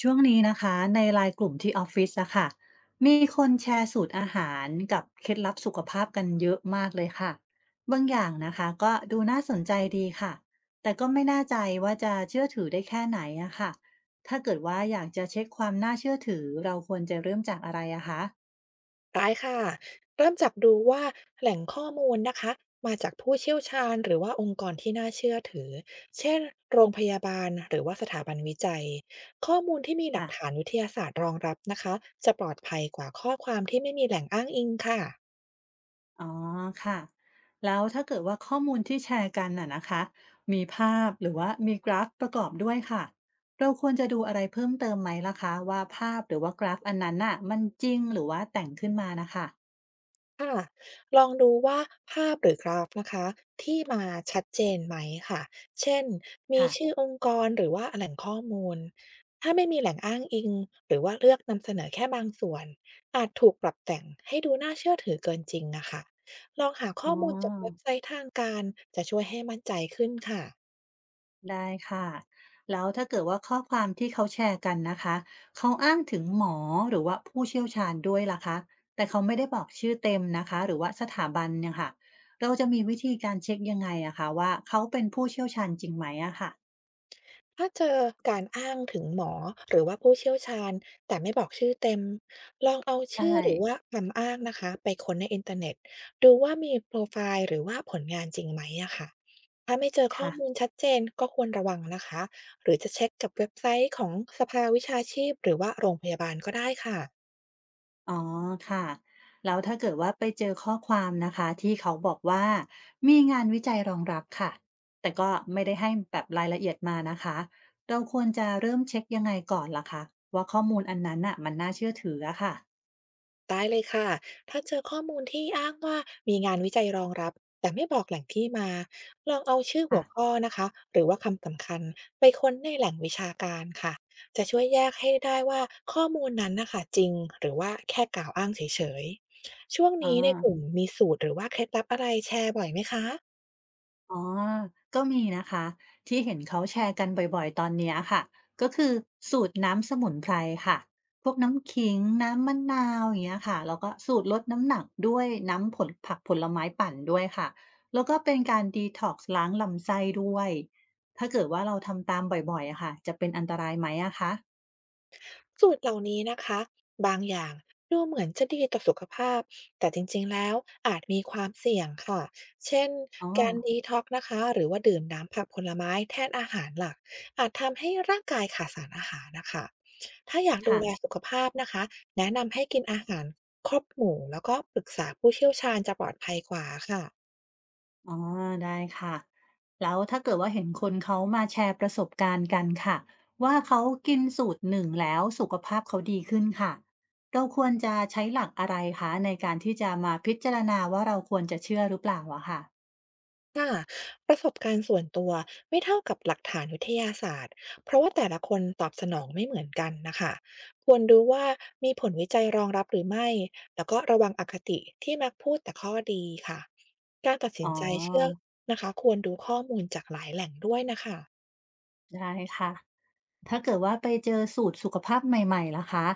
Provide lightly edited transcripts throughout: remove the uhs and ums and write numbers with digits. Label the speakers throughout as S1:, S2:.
S1: ช่วงนี้นะคะในไลน์กลุ่มที่ออฟฟิศอะค่ะมีคนแชร์สูตรอาหารกับเคล็ดลับสุขภาพกันเยอะมากเลยค่ะบางอย่างนะคะก็ดูน่าสนใจดีค่ะแต่ก็ไม่แน่ใจว่าจะเชื่อถือได้แค่ไหนอะค่ะถ้าเกิดว่าอยากจะเช็คความน่าเชื่อถือเราควรจะเริ่มจากอะไรอะคะ
S2: ได้ค่ะเริ่มจากดูว่าแหล่งข้อมูลนะคะมาจากผู้เชี่ยวชาญหรือว่าองค์กรที่น่าเชื่อถือเช่นโรงพยาบาลหรือว่าสถาบันวิจัยข้อมูลที่มีหลั
S1: ค่ะ
S2: กฐานวิทยาศาสตร์รองรับนะคะจะปลอดภัยกว่าข้อความที่ไม่มีแหล่งอ้างอิงค่ะ
S1: อ๋อค่ะแล้วถ้าเกิดว่าข้อมูลที่แชร์กันน่ะนะคะมีภาพหรือว่ามีกราฟประกอบด้วยค่ะเราควรจะดูอะไรเพิ่มเติมไหมล่ะคะว่าภาพหรือว่ากราฟอันนั้นน่ะมันจริงหรือว่าแต่งขึ้นมานะคะ
S2: ค่ะลองดูว่าภาพหรือกราฟนะคะที่มาชัดเจนไหมค่ะเช่นมี
S1: ค่ะ
S2: ชื่อองค์กรหรือว่าแหล่งข้อมูลถ้าไม่มีแหล่งอ้างอิงหรือว่าเลือกนำเสนอแค่บางส่วนอาจถูกปรับแต่งให้ดูน่าเชื่อถือเกินจริงอะค่ะลองหา
S1: อ๋
S2: ข้
S1: อ
S2: อมูลจากเว็บไซต์ทางการจะช่วยให้มั่นใจขึ้นค่ะ
S1: ได้ค่ะแล้วถ้าเกิดว่าข้อความที่เขาแชร์กันนะคะเขาอ้างถึงหมอหรือว่าผู้เชี่ยวชาญด้วยล่ะคะแต่เขาไม่ได้บอกชื่อเต็มนะคะหรือว่าสถาบันเนี่ยค่ะเราจะมีวิธีการเช็คยังไงอะคะว่าเขาเป็นผู้เชี่ยวชาญจริงไหมอะค่ะ
S2: ถ้าเจอการอ้างถึงหมอหรือว่าผู้เชี่ยวชาญแต่ไม่บอกชื่อเต็มลองเอา
S1: ใช่
S2: ชื่อหรือว่าคำอ้างนะคะไปค้นในอินเทอร์เน็ตดูว่ามีโปรไฟล์หรือว่าผลงานจริงไหมอะค่ะถ้าไม่เจอข้อ
S1: ค่ะ
S2: มูลชัดเจนก็ควรระวังนะคะหรือจะเช็คกับเว็บไซต์ของสภาวิชาชีพหรือว่าโรงพยาบาลก็ได้ค่ะ
S1: อ๋อค่ะแล้วถ้าเกิดว่าไปเจอข้อความนะคะที่เขาบอกว่ามีงานวิจัยรองรับค่ะแต่ก็ไม่ได้ให้แบบรายละเอียดมานะคะเราควรจะเริ่มเช็คยังไงก่อนล่ะคะว่าข้อมูลอันนั้นน่ะมันน่าเชื่อถืออะค่ะ
S2: ได้เลยค่ะ ถ้าเจอข้อมูลที่อ้างว่ามีงานวิจัยรองรับแต่ไม่บอกแหล่งที่มา ลองเอาชื่อหัวข้
S1: ค่ะ
S2: อนะคะหรือว่าคำสำคัญไปค้นในแหล่งวิชาการค่ะจะช่วยแยกให้ได้ว่าข้อมูลนั้นนะคะจริงหรือว่าแค่กล่าวอ้างเฉยๆช่วง
S1: อ๋อ
S2: นี้ในกลุ่มมีสูตรหรือว่าเคล็ดลับอะไรแชร์บ่อยไหมคะ
S1: อ๋อ ก็มีนะคะที่เห็นเขาแชร์กันบ่อยๆ ตอนเนี้ยค่ะ ก็คือสูตรน้ำสมุนไพรค่ะ พวกน้ำขิงน้ำมะนาวอย่างเงี้ยค่ะแล้วก็สูตรลดน้ำหนักด้วยน้ำผลผักผลไม้ปั่นด้วยค่ะ แล้วก็เป็นการดีท็อกซ์ล้างลำไส้ด้วย ถ้าเกิดว่าเราทำตามบ่อยๆอะค่ะจะเป็นอันตรายไหมอะคะ
S2: สูตรเหล่านี้นะคะบางอย่างดูเหมือนจะดีต่อสุขภาพแต่จริงๆแล้วอาจมีความเสี่ยงค่ะเช่น
S1: อ๋อ
S2: การดีท็อกซ์นะคะหรือว่าดื่มน้ำผักผลไม้แทนอาหารหลักอาจทำให้ร่างกายขาดสารอาหารนะคะถ้าอยากดู
S1: ค่ะ
S2: แลสุขภาพนะคะแนะนำให้กินอาหารครบหมู่แล้วก็ปรึกษาผู้เชี่ยวชาญจะปลอดภัยกว่าค่ะ
S1: อ๋อได้ค่ะแล้วถ้าเกิดว่าเห็นคนเขามาแชร์ประสบการณ์กันค่ะว่าเขากินสูตรหนึ่งแล้วสุขภาพเขาดีขึ้นค่ะเราควรจะใช้หลักอะไรคะในการที่จะมาพิจารณาว่าเราควรจะเชื่อหรือเปล่าอะค่ะ
S2: ค่ะประสบการณ์ส่วนตัวไม่เท่ากับหลักฐานวิทยาศาสตร์เพราะว่าแต่ละคนตอบสนองไม่เหมือนกันนะคะควรดูว่ามีผลวิจัยรองรับหรือไม่แล้วก็ระวังอคติที่มักพูดแต่ข้อดีค่ะการตัด
S1: อ๋
S2: สิ
S1: อ
S2: นใจเชื่อนะคะควรดูข้อมูลจากหลายแหล่งด้วยนะคะ
S1: ได้ค่ะถ้าเกิดว่าไปเจอสูตรสุขภาพใหม่ๆล่ะคะ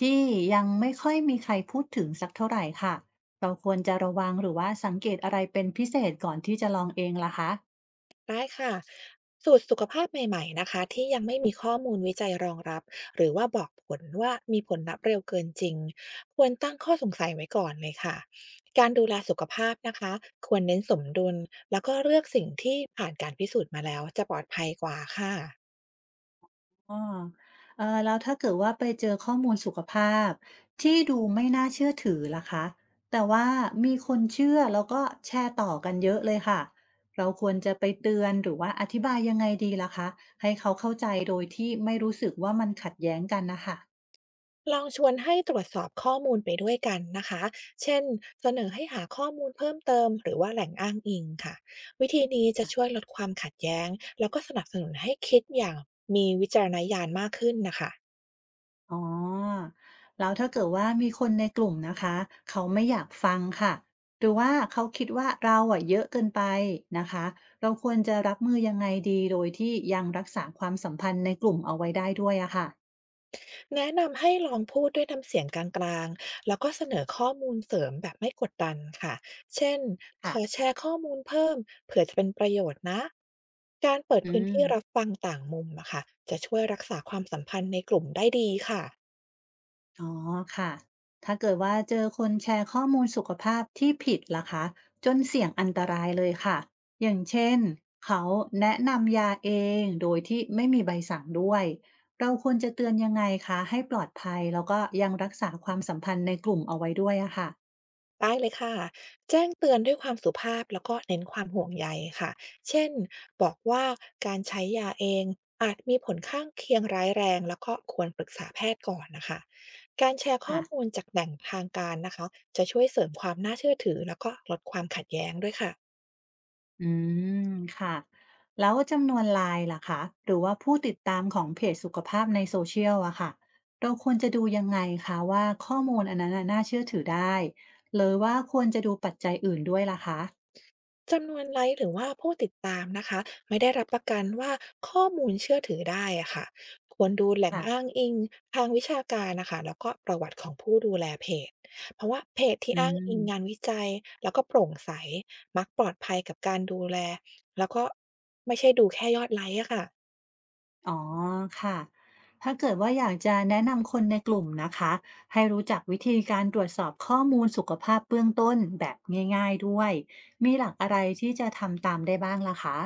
S1: ที่ยังไม่ค่อยมีใครพูดถึงสักเท่าไหร่ค่ะเราควรจะระวังหรือว่าสังเกตอะไรเป็นพิเศษก่อนที่จะลองเองล่ะคะ
S2: ได้ค่ะสูตรสุขภาพใหม่ๆนะคะที่ยังไม่มีข้อมูลวิจัยรองรับหรือว่าบอกผลว่ามีผลลัพธ์เร็วเกินจริงควรตั้งข้อสงสัยไว้ก่อนเลยค่ะการดูแลสุขภาพนะคะควรเน้นสมดุลแล้วก็เลือกสิ่งที่ผ่านการพิสูจน์มาแล้วจะปลอดภัยกว่าค่ะ
S1: อ๋อแล้วถ้าเกิดว่าไปเจอข้อมูลสุขภาพที่ดูไม่น่าเชื่อถือล่ะคะแต่ว่ามีคนเชื่อแล้วก็แชร์ต่อกันเยอะเลยค่ะ เราควรจะไปเตือนหรือว่าอธิบายยังไงดีล่ะคะ ให้เขาเข้าใจโดยที่ไม่รู้สึกว่ามันขัดแย้งกันนะคะ
S2: ลองชวนให้ตรวจสอบข้อมูลไปด้วยกันนะคะเช่นเสนอให้หาข้อมูลเพิ่มเติมหรือว่าแหล่งอ้างอิงค่ะวิธีนี้จะช่วยลดความขัดแย้งแล้วก็สนับสนุนให้คิดอย่างมีวิจารณญาณมากขึ้นนะคะ
S1: อ๋อแล้วถ้าเกิดว่ามีคนในกลุ่มนะคะเขาไม่อยากฟังค่ะหรือว่าเขาคิดว่าเราอะเยอะเกินไปนะคะเราควรจะรับมือยังไงดีโดยที่ยังรักษาความสัมพันธ์ในกลุ่มเอาไว้ได้ด้วยอะค่ะ
S2: แนะนำให้ลองพูดด้วยน้ำเสียงกลางๆแล้วก็เสนอข้อมูลเสริมแบบไม่กดดันค่ะเช่นข
S1: ค่ะ
S2: อแชร์ข้อมูลเพิ่มเผื่อจะเป็นประโยชน์นะการเปิด
S1: อื
S2: พื้น
S1: ม
S2: ที่รับฟังต่างมุมอะค่ะจะช่วยรักษาความสัมพันธ์ในกลุ่มได้ดีค่ะ
S1: อ๋อค่ะถ้าเกิดว่าเจอคนแชร์ข้อมูลสุขภาพที่ผิดล่ะคะจนเสี่ยงอันตรายเลยค่ะอย่างเช่นเขาแนะนำยาเองโดยที่ไม่มีใบสั่งด้วย เราควรจะเตือนยังไงคะให้ปลอดภัยแล้วก็ยังรักษาความสัมพันธ์ในกลุ่มเอาไว้ด้วยอะค่ะ
S2: ได้เลยค่ะแจ้งเตือนด้วยความสุภาพแล้วก็เน้นความห่วงใยค่ะเช่นบอกว่าการใช้ยาเองอาจมีผลข้างเคียงร้ายแรงแล้วก็ควรปรึกษาแพทย์ก่อนนะคะการแชร์ข้อ
S1: ค่ะ
S2: มูลจากแหล่งทางการนะคะจะช่วยเสริมความน่าเชื่อถือแล้วก็ลดความขัดแย้งด้วยค่ะ
S1: อืมค่ะแล้วจำนวนไลน์ล่ะคะหรือว่าผู้ติดตามของเพจสุขภาพในโซเชียลอะค่ะเราควรจะดูยังไงคะว่าข้อมูลอันนั้นน่ะน่าเชื่อถือได้หรือว่าควรจะดูปัจจัยอื่นด้วยล่ะคะ
S2: จำนวนไลค์หรือว่าผู้ติดตามนะคะไม่ได้รับประกันว่าข้อมูลเชื่อถือได้อะค่ะควรดูแหล่งอ้า
S1: ค่ะ
S2: งอิงทางวิชาการนะคะแล้วก็ประวัติของผู้ดูแลเพจเพราะว่าเพจที่
S1: อื
S2: อ้างอิ
S1: ม
S2: งงานวิจัยแล้วก็โปร่งใสมักปลอดภัยกับการดูแลแล้วก็ไม่ใช่ดูแค่ยอดไลค์อะค่ะ
S1: อ๋อค่ะถ้าเกิดว่าอยากจะแนะนำคนในกลุ่มนะคะให้รู้จักวิธีการตรวจสอบข้อมูลสุขภาพเบื้องต้นแบบง่ายๆด้วยมีหลักอะไรที่จะทำตามได้บ้างล่ะคะ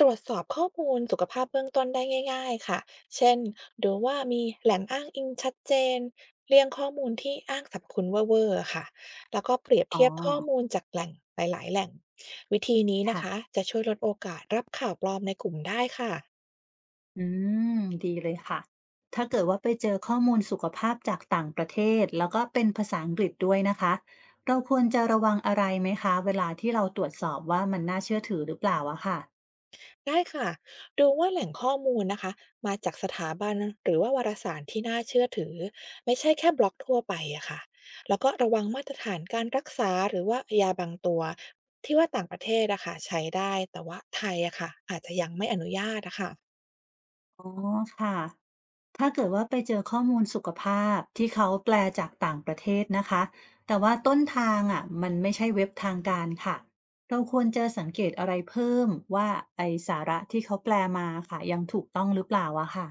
S2: ตรวจสอบข้อมูลสุขภาพเบื้องต้นได้ง่ายๆค่ะ เช่นดูว่ามีแหล่งอ้างอิงชัดเจน เรียงข้อมูลที่อ้างสรรพคุณเว่อร์ๆอค่ะ แล้วก็เปรียบ
S1: อ๋อ
S2: เทียบข้อมูลจากแหล่งหลายๆแหล่ง วิธีนี้นะ
S1: ค่ะ
S2: คะจะช่วยลดโอกาสรับข่าวปลอมในกลุ่มได้ค่ะ
S1: อืมดีเลยค่ะ ถ้าเกิดว่าไปเจอข้อมูลสุขภาพจากต่างประเทศแล้วก็เป็นภาษาอังกฤษด้วยนะคะเราควรจะระวังอะไรไหมคะเวลาที่เราตรวจสอบว่ามันน่าเชื่อถือหรือเปล่าอะค่ะ
S2: ได้ค่ะ ดูว่าแหล่งข้อมูลนะคะมาจากสถาบันหรือว่าวารสารที่น่าเชื่อถือไม่ใช่แค่บล็อกทั่วไปอะค่ะแล้วก็ระวังมาตรฐานการรักษาหรือว่ายาบางตัวที่ว่าต่างประเทศอะค่ะใช้ได้แต่ว่าไทยอะค่ะอาจจะยังไม่อนุญาตอะค่ะ
S1: อ๋อค่ะถ้าเกิดว่าไปเจอข้อมูลสุขภาพที่เขาแปลจากต่างประเทศนะคะแต่ว่าต้นทางอะมันไม่ใช่เว็บทางการค่ะเราควรจะสังเกตอะไรเพิ่มว่าไอสาระที่เขาแปลมาค่ะยังถูกต้องหรือเปล่าอะค่ะ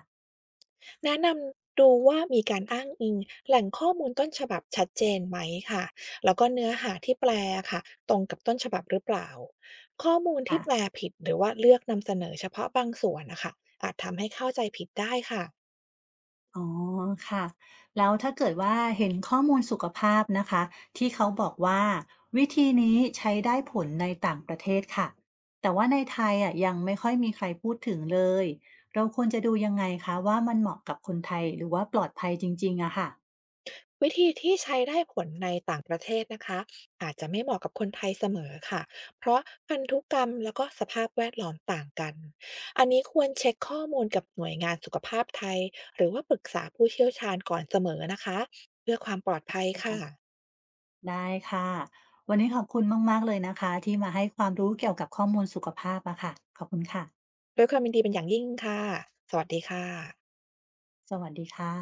S2: แนะนำดูว่ามีการอ้างอิงแหล่งข้อมูลต้นฉบับชัดเจนไหมค่ะแล้วก็เนื้อหาที่แปลค่ะตรงกับต้นฉบับหรือเปล่าข้อมูล
S1: ค่ะ
S2: ที่แปลผิดหรือว่าเลือกนำเสนอเฉพาะบางส่วนนะคะอาจทำให้เข้าใจผิดได้ค่ะ
S1: อ๋อค่ะแล้วถ้าเกิดว่าเห็นข้อมูลสุขภาพนะคะที่เขาบอกว่าวิธีนี้ใช้ได้ผลในต่างประเทศค่ะแต่ว่าในไทยอ่ะยังไม่ค่อยมีใครพูดถึงเลยเราควรจะดูยังไงคะว่ามันเหมาะกับคนไทยหรือว่าปลอดภัยจริงๆอะค่ะ
S2: วิธีที่ใช้ได้ผลในต่างประเทศนะคะอาจจะไม่เหมาะกับคนไทยเสมอค่ะเพราะพันธุกรรมแล้วก็สภาพแวดล้อมต่างกันอันนี้ควรเช็คข้อมูลกับหน่วยงานสุขภาพไทยหรือว่าปรึกษาผู้เชี่ยวชาญก่อนเสมอนะคะเพื่อความปลอดภัยค่ะ
S1: ได้ค่ะวันนี้ขอบคุณมากๆเลยนะคะที่มาให้ความรู้เกี่ยวกับข้อมูลสุขภาพอะค่ะขอบคุณค่ะ
S2: ด้วยความยินดีเป็นอย่างยิ่งค่ะสวัสดีค่ะ
S1: สวัสดีค่ะ